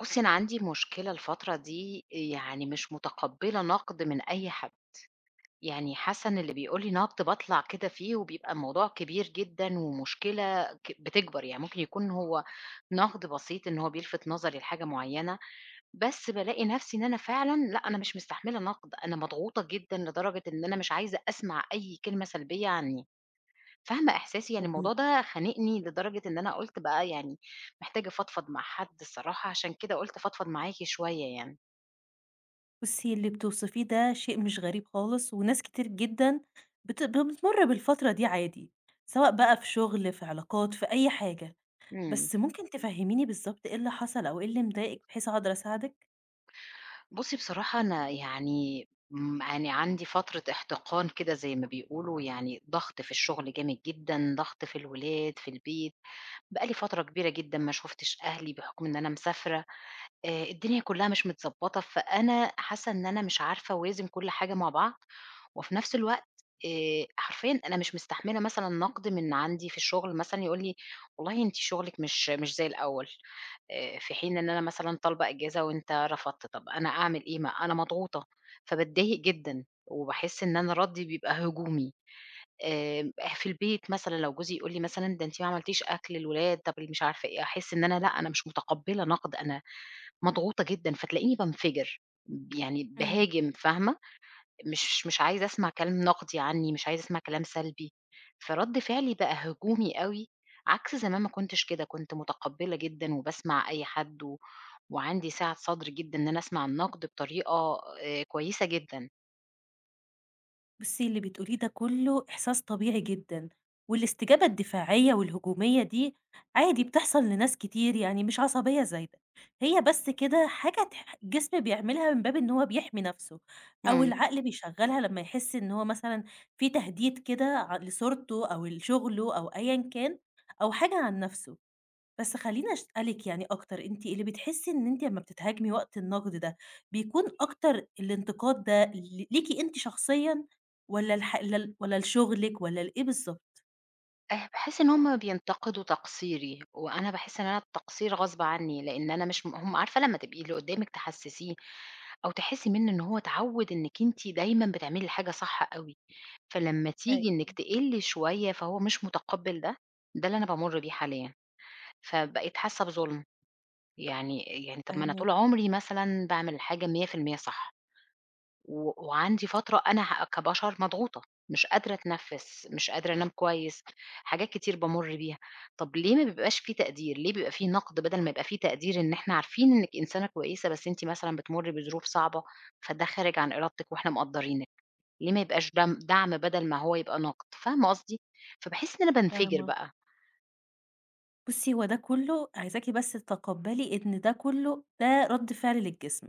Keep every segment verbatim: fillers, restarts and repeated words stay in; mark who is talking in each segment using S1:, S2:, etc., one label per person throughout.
S1: بُصّي، أنا عندي مشكلة الفترة دي، يعني مش متقبّلة نقد من أي حد، يعني حاسة إن اللي بيقول لي نقد باطلع كده فيه وبيبقى الموضوع كبير جدًا ومشكلة ك بتكبر، يعني ممكن يكون هو نقد بسيط إن هو بيلفت نظري لحاجة معيّنة، بس بالاقي نَفْسي إن أنا فعلًا لأ، أنا مش مستحملة نقد، أنا مضغوطة جدًا لدرجة إن أنا مش عايزة أسمع أي كلمة سلبية عنّي. فاهمة إحساسي، يعني
S2: طب
S1: الموضوع ده خانقني لدرجة إن أنا قُلت بقى يعني محتاجة أفضفض مع حد الصراحة، عشان كده قُلت أفضفض معاكِ شوية يعني.
S2: بُصّي، اللي بتوصفيه ده شيء مش غريب خالص، وناس كتير جدًا بت بتمُر بالفترة دي عادي، سواء بقى في شغل، في علاقات، في أي حاجة.
S1: إمم.
S2: بس ممكن تفهّميني بالضبط إيه اللي حصل أو إيه اللي مضايقِك بحيث أقدر أساعدِك؟
S1: بُصّي بصراحة أنا يعني م يعني عندي فترة احتقان كده زي ما بيقولوا، يعني ضغط في الشغل جامد جدًا، ضغط في الولاد، في البيت، بقى لي فترة كبيرة جدًا ما شُفتش أهلي بحكم إن أنا مسافرة. آآ الدنيا كلّها مش متضبّطة، فأنا حاسّة إن أنا مش عارفة أوازن كل حاجة مع بعض، وفي نفس الوقت آآ حرفيًا أنا مش مستحملة مثلًا نقد من عندي في الشغل مثلًا يقول لي: "والله أنتِ شغلِك مش مش زي الأول." آآ في حين إن أنا مثلًا طالبة إجازة وأنت رفضت، طَب أنا أعمل إيه؟ ما أنا مضغوطة، فباتضايق جدًا، وباحس إن أنا ردّي بيبقى هجومي. آآ في البيت مثلًا لو جوزي يقول لي مثلًا: "ده أنتِ ما عملتيش أكل الولاد." طَب اللي مش عارفة إيه، أحس إن أنا لأ، أنا مش متقبّلة نقد، أنا مضغوطة جدًا، فتلاقيني بانفجر، ب يعني
S2: إمم.
S1: باهاجم فاهمة، مش مش عايزة أسمع كلام نقدي عنّي، مش عايزة أسمع كلام سلبي، فرَد فعلي بقى هجومي أوي، عكس زمان ما كنتش كده، كنت متقبّلة جدًا وباسمع أي حد و وعندي سعة صدر جدًا إن أنا أسمع النقد بطريقة آآ كويسة جدًا.
S2: بُصّي، اللي بتقوليه ده كُلّه إحساس طبيعي جدًا، والاستجابة الدفاعية والهجومية دي عادي بتحصل لناس كتير، يعني مش عصبية زايدة، هي بس كده حاجة تح الجسم بيعملها من باب إن هو بيحمي نَفْسه، أو إمم.
S1: إمم.
S2: العقل بيشغّلها لمّا يحس إن هو مثلًا في تهديد كده ع لصورته أو لشغله أو أيًا كان، أو حاجة عن نَفْسه. بس خلّيني أسألِك يعني أكتر، أنتِ اللي بتحسّي إن أنتِ أمّا بتتهاجمي وقت النقد ده، بيكون أكتر الانتقاد ده ل ليكِ أنتِ شخصيًا، والّا الح لل والّا لشغلِك والّا لإيه بالضبط؟
S1: آآ باحس إن هُم بينتقدوا تقصيري، وأنا باحس إن أنا التقصير غصب عني، لإن أنا مش م هُم عارفة لمّا تبقي اللي قدّامِك تحسّسيه أو تحسّي منه إن هو اتعوّد إنِّك أنتِ دايمًا بتعملي الحاجة صح أوي، فلمّا تيجي إنِّك
S2: أيوه.
S1: تقلّي شوية فهو مش متقبّل ده، ده اللي أنا بامُر بيه حاليًا، فبقيت حاسة بظُلم، يعني يعني طَب ما أنا
S2: فاهماكِ،
S1: طول عمري مثلًا باعمل الحاجة مية في المية صح. و وعندي فترة أنا ه كبشر مضغوطة، مش قادرة أتنفّس، مش قادرة أنام كويس، حاجات كتير بامُر بيها. طَب ليه ما بيبقاش في تقدير، ليه بيبقى في نقد بدل ما يبقى في تقدير إن إحنا عارفين إنِّك إنسانة كويسة، بس أنتِ مثلًا بتمُرّي بظروف صعبة، فده خارج عن إرادتِك وإحنا مقدّرينِك، ليه ما يبقاش دم دعم بدل ما هو يبقى نقد، فاهمة قصدي؟ فباحس إن أنا بانفجر
S2: فاهمة.
S1: بقى.
S2: بُصّي، هو ده كُلّه عايزاكِ بس تتقبّلي إن ده كُلّه ده رَد فعل للجسم،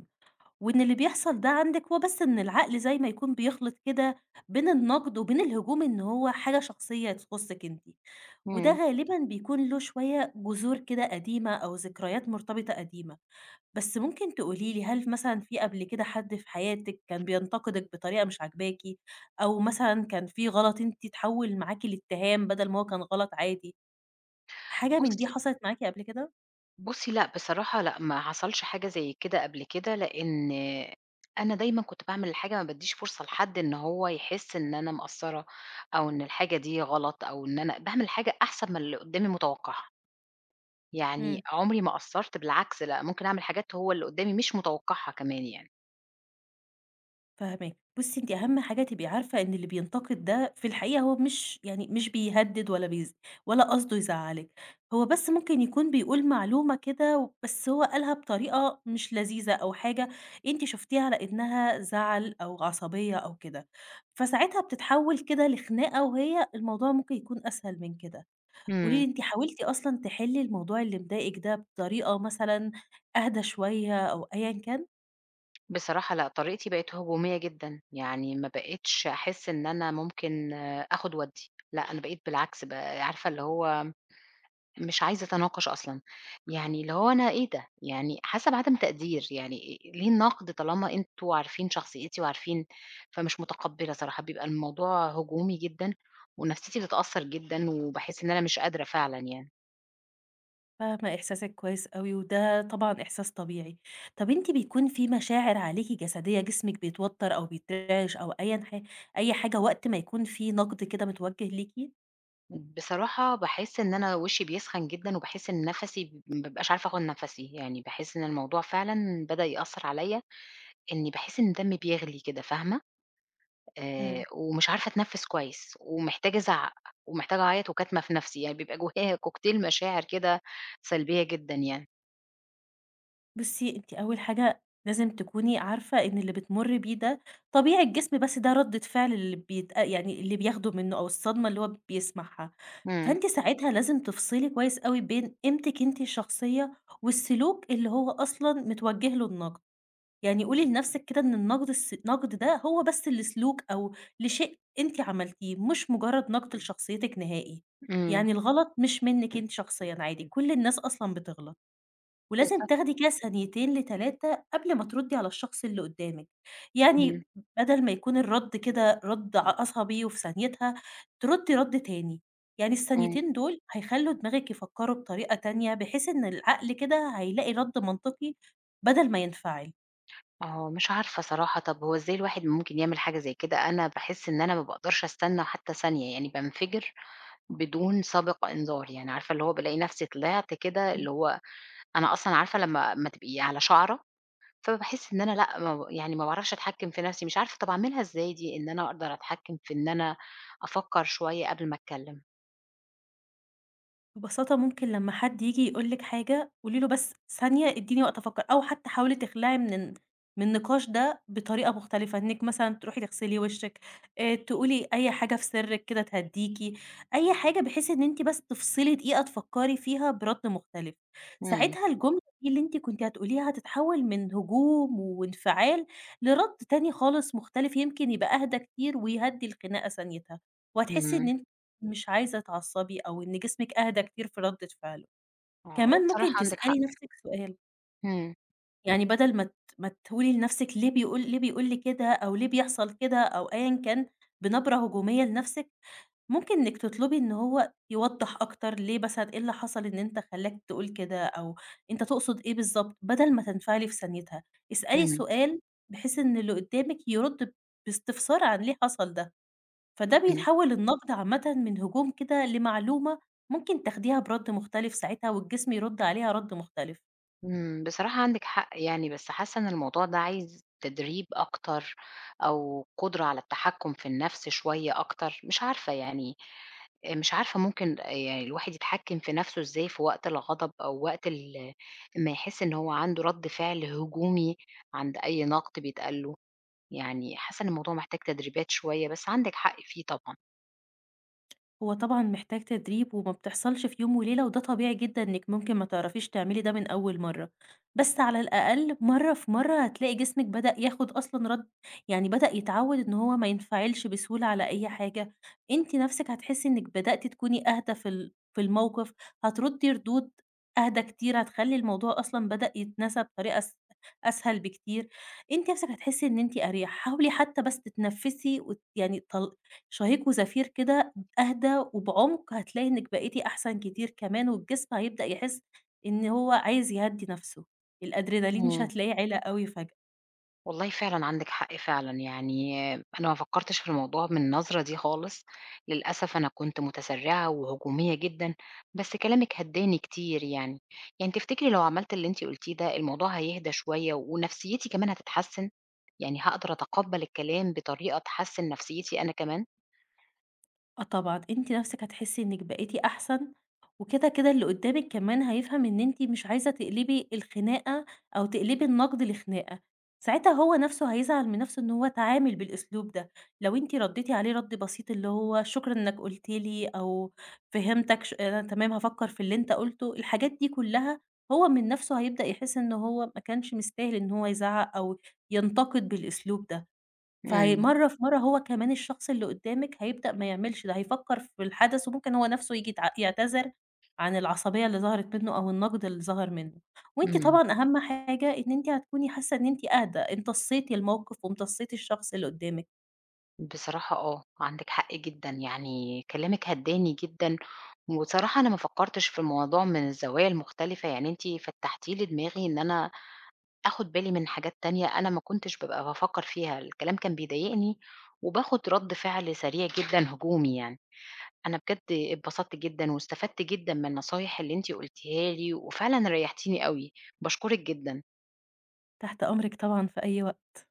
S2: وإن اللي بيحصل ده عندِك هو بس إن العقل زي ما يكون بيخلِط كده بين النقد وبين الهجوم، إن هو حاجة شخصية تخُصِّك أنتِ. وده
S1: إمم.
S2: غالبًا بيكون له شوية جذور كده قديمة أو ذكريات مرتبطة قديمة، بس ممكن تقولي لي، هل مثلًا في قبل كده حد في حياتِك كان بينتقدِك بطريقة مش عاجباكِ، أو مثلًا كان في غلط أنتِ اتحول معاكِ لاتهام بدل ما هو كان غلط عادي؟ حاجة من دي
S1: بُصّي
S2: حصلت معاكِ قبل كده؟
S1: بُصّي لأ، بصراحة لأ، ما حصلش حاجة زي كده قبل كده، لإن أنا دايمًا كنت باعمل الحاجة ما بادّيش فرصة لحد إن هو يحس إن أنا مقصّرة أو إن الحاجة دي غلط أو إن أنا باعمل حاجة أحسن من اللي قُدّامي متوقّعها،
S2: إمم.
S1: يعني عمري ما قصّرت بالعكس لأ، ممكن أعمل حاجات هو اللي قُدّامي مش متوقّعها كمان يعني.
S2: فاهماكِ. بُصّي، أنتِ أهم حاجة تبقي عارفة إن اللي بينتقد ده في الحقيقة هو مش يعني مش بيهدِّد ولا بيز ولا قصده يزعّلِك، هو بس ممكن يكون بيقول معلومة كده، بس هو قالها بطريقة مش لذيذة، أو حاجة أنتِ شُفتيها على إنها زَعَل أو عصبية أو كده، فساعتها بتتحوِّل كده لخناقة، وهي الموضوع ممكن يكون أسهل من كده. قولي لي،
S1: إمم.
S2: أنتِ حاولتِ أصلًا تحلّي الموضوع اللي مضايقِك ده بطريقة مثلًا أهدى شوية أو أيًا كان؟
S1: بصراحة لأ، طريقتي بقت هجومية جدًا، يعني ما بقيتش أحس إن أنا ممكن آخُد وأدّي، لأ، أنا بقيت بالعكس ب عارفة اللي هو مش عايزة أتناقش أصلًا، يعني اللي هو أنا إيه ده! يعني حاسة بعدم تقدير، يعني إيه- ليه النقد طالما أنتم عارفين شخصيتي وعارفين فمش متقبلة صراحة، بيبقى الموضوع هجومي جدًا ونفسيتي بتتأثر جدًا وباحس إن أنا مش قادرة فعلًا يعني.
S2: فاهمة إحساسِك كويس أوي، وده طبعًا إحساس طبيعي. طَب أنتِ بيكون في مشاعر عليكِ جسدية؟ جسمِك بيتوتر أو بيترعش أو أيًا ح أي حاجة وقت ما يكون في نقد كده متوجه ليكِ؟
S1: بصراحة باحس إن أنا وشي بيسخن جدًا وباحس إن نَفَسي ما بابقاش عارفة آخد نَفَسي، يعني باحس إن الموضوع فعلًا بدأ يأثر عليَّ، إني باحس إن دمي بيغلي كده، فاهمة؟ آآ
S2: إمم.
S1: ومش عارفة أتنفّس كويس، ومحتاجة أزعّق، ومحتاجة أعيّط وكاتمة في نَفْسي، يعني بيبقى جوايا كوكتيل مشاعر كده سلبية جدًا يعني.
S2: بُصّي، أنتِ أول حاجة لازم تكوني عارفة إن اللي بتمُرّي بيه ده طبيعي الجسم، بس ده ردة فعل اللي بيت يعني اللي بياخده منه أو الصدمة اللي هو بيسمعها.
S1: إمم.
S2: فأنتِ ساعتها لازم تفصلي كويس أوي بين قيمتِك أنتِ الشخصية والسلوك اللي هو أصلًا متوجه له النقد. يعني قولي لنفسِك كده إن النقد الس النقد ده هو بس لسلوك أو لشيء أنتِ عملتيه، مش مجرد نقد لشخصيتِك نهائي.
S1: إمم.
S2: يعني الغلط مش منِّك أنتِ شخصيًا عادي، كل الناس أصلًا بتغلط، ولازم
S1: بالضبط.
S2: تاخدي كده ثانيتين لثلاثة قبل ما تردي على الشخص اللي قدامِك.
S1: إمم.
S2: يعني بدل ما يكون الرد كده رد ع عصبي وفي ثانيتها، تردي رد تاني. يعني
S1: إمم.
S2: الثانيتين دول هيخلّوا دماغِك يفكّروا بطريقة تانية، بحيث إن العقل كده هيلاقي رد منطقي بدل ما ينفعل.
S1: آه، مش عارفة صراحة، طَب هو إزاي الواحد ممكن يعمل حاجة زي كده؟ أنا باحس إن أنا ما باقدرش أستنى حتى ثانية، يعني بانفجر بدون سابق إنذار، يعني عارفة اللي هو بالاقي نَفْسي طلعت كده اللي هو أنا أصلًا عارفة لمّا أمّا تبقي على شَعرة فباحس إن أنا لأ، ما ب يعني ما باعرفش أتحكّم في نَفْسي، مش عارفة طَب أعملها إزاي دي إن أنا أقدر أتحكّم في إن أنا أفكّر شوية قبل ما أتكلّم؟
S2: ببساطة ممكن لمّا حد ييجي يقول لِك حاجة، قولي له بس ثانية ادّيني وقت أفكّر، أو حتى حاولي تخلعي من ال من النقاش ده بطريقة مختلفة، إنِّك مثلًا تروحي تغسلي وشِّك، آآ تقولي أي حاجة في سرِّك كده تهدّيكِ، أي حاجة بحيث إن أنتِ بس تفصلي دقيقة تفكّري فيها برَد مختلف.
S1: إمم.
S2: ساعتها الجملة دي اللي أنتِ كنتِ هتقوليها هتتحوّل من هجوم وانفعال لرَد تاني خالص مختلف، يمكن يبقى أهدى كتير ويهدّي الخناقة ثانيتها، وهتحسّي
S1: إمم.
S2: إن مش عايزة تعصّبي أو إن جسمِك أهدى كتير في ردة فعله.
S1: آه، هو
S2: كمان ممكن
S1: بصراحة عندِك
S2: تسألي
S1: حق.
S2: نَفْسِك سؤال،
S1: إمم.
S2: يعني بدل ما ت ما تقولي لنَفْسِك ليه بيقول ليه بيقول لي كده، أو ليه بيحصل كده أو أيًا كان، بنبرة هجومية لنَفْسِك، ممكن إنِّك تطلبي إن هو يوضّح أكتر، ليه مثلًا، إيه اللي حصل إن أنت خلّاك تقول كده، أو أنت تقصد إيه بالضبط، بدل ما تنفعلي في ثانيتها. اسألي
S1: إمم.
S2: سؤال بحيث إن اللي قُدّامِك يرُد باستفسار عن ليه حصل ده. فده
S1: إمم.
S2: بيتحول النقد عامةً من هجوم كده لمعلومة ممكن تاخديها برَد مختلف ساعتها، والجسم يرُد عليها رَد مختلف.
S1: إمم. بصراحة عندِك حق يعني، بس حاسّة إن الموضوع ده عايز تدريب أكتر أو قدرة على التحكّم في النَفْس شوية أكتر، مش عارفة يعني آآ مش عارفة ممكن يعني الواحد يتحكّم في نَفْسه إزاي في وقت الغضب أو وقت ال أمّا يحس إن هو عنده رَد فعل هجومي عند أي نقد بيتقال له، يعني حاسّة إن الموضوع محتاج تدريبات شوية، بس عندِك حق فيه طبعًا.
S2: هو طبعًا محتاج تدريب وما بتحصلش في يوم وليلة، وده طبيعي جدًا إنِّك ممكن ما تعرفيش تعملي ده من أول مرّة، بس على الأقل مرّة في مرّة هتلاقي جسمِك بدأ ياخد أصلًا رد يعني بدأ يتعوّد إن هو ما ينفعلش بسهولة على أي حاجة، أنتِ نَفْسِك هتحسّي إنِّك بدأتِ تكوني أهدى في ال في الموقف، هتردّي ردود أهدى كتير، هتخلّي الموضوع أصلًا بدأ يتنسى بطريقة أس أسهل بكتير، أنتِ نَفْسِك هتحسّي إن أنتِ أريح، حاولي حتى بس تتنفّسي وت يعني طل شهيق وزفير كده أهدى وبعُمق، هتلاقي إنِّك بقيتِ أحسن كتير كمان، والجسم هيبدأ يحس إن هو عايز يهدّي نَفْسه، الأدرينالين مش
S1: إمم.
S2: هتلاقيه عِلَى أوي فجأة.
S1: والله فعلًا عندِك حق فعلًا، يعني أنا ما فكّرتش في الموضوع من النظرة دي خالص، للأسف أنا كنت متسرّعة وهجومية جدًا، بس كلامِك هدّاني كتير يعني. يعني تفتكري لو عملت اللي أنتِ قُلتيه ده الموضوع هيهدى شوية ونفسيتي كمان هتتحسّن؟ يعني هاقدر أتقبّل الكلام بطريقة تحسّن نفسيتي أنا كمان؟
S2: آه طبعًا، أنتِ نَفْسِك هتحسّي إنِّك بقيتِ أحسن، وكده، كده اللي قدّامِك كمان هيفهم إن أنتِ مش عايزة تقلبي الخناقة أو تقلبي النقد لخناقة، ساعتها هو نَفْسه هيزعل من نَفْسه إن هو اتعامل بالأسلوب ده، لو أنتِ ردّيتِ عليه رَد بسيط، اللي هو شكرًا إنّك قُلت لي، أو فهمتك ش أنا تمام هافكّر في اللي أنت قُلته، الحاجات دي كُلّها، هو من نَفْسه هيبدأ يحس إن هو ما كانش مستاهل إن هو يزعّق أو ينتقد بالأسلوب ده. فهي
S1: إمم.
S2: مرّة في مرّة هو كمان الشخص اللي قدّامِك هيبدأ ما يعملش ده، هيفكّر في الحدث وممكن هو نَفْسه ييجي يتع يعتذر عن العصبية اللي ظهرت منّه أو النَقْد اللي ظهر منّه، وأنتِ
S1: إمم.
S2: طبعًا أهم حاجة إن أنتِ هتكوني حاسّة إن أنتِ أهدى، امتصّيتِ الموقِف وامتصّيتِ الشخص اللي قدّامِك.
S1: بصراحة آه، عندِك حق جدًا، يعني كلامِك هدّاني جدًا، وبصراحة أنا ما فكّرتش في الموضوع من الزوايا المختلفة، يعني أنتِ فتّحتِ لي دماغي إن أنا آخُد بالي من حاجات تانية أنا ما كنتش بابقى بافكّر فيها، الكلام كان بيضايقني وباخُد رَد فعل سريع جدًا هجومي يعني. أنا بجد اتبسطت جدًا واستفدت جدًا من النصايح اللي أنتِ قُلتيها لي وفعلًا ريّحتيني أوي، باشكرِك جدًا.
S2: تحت أمرِك طبعًا في أي وقت.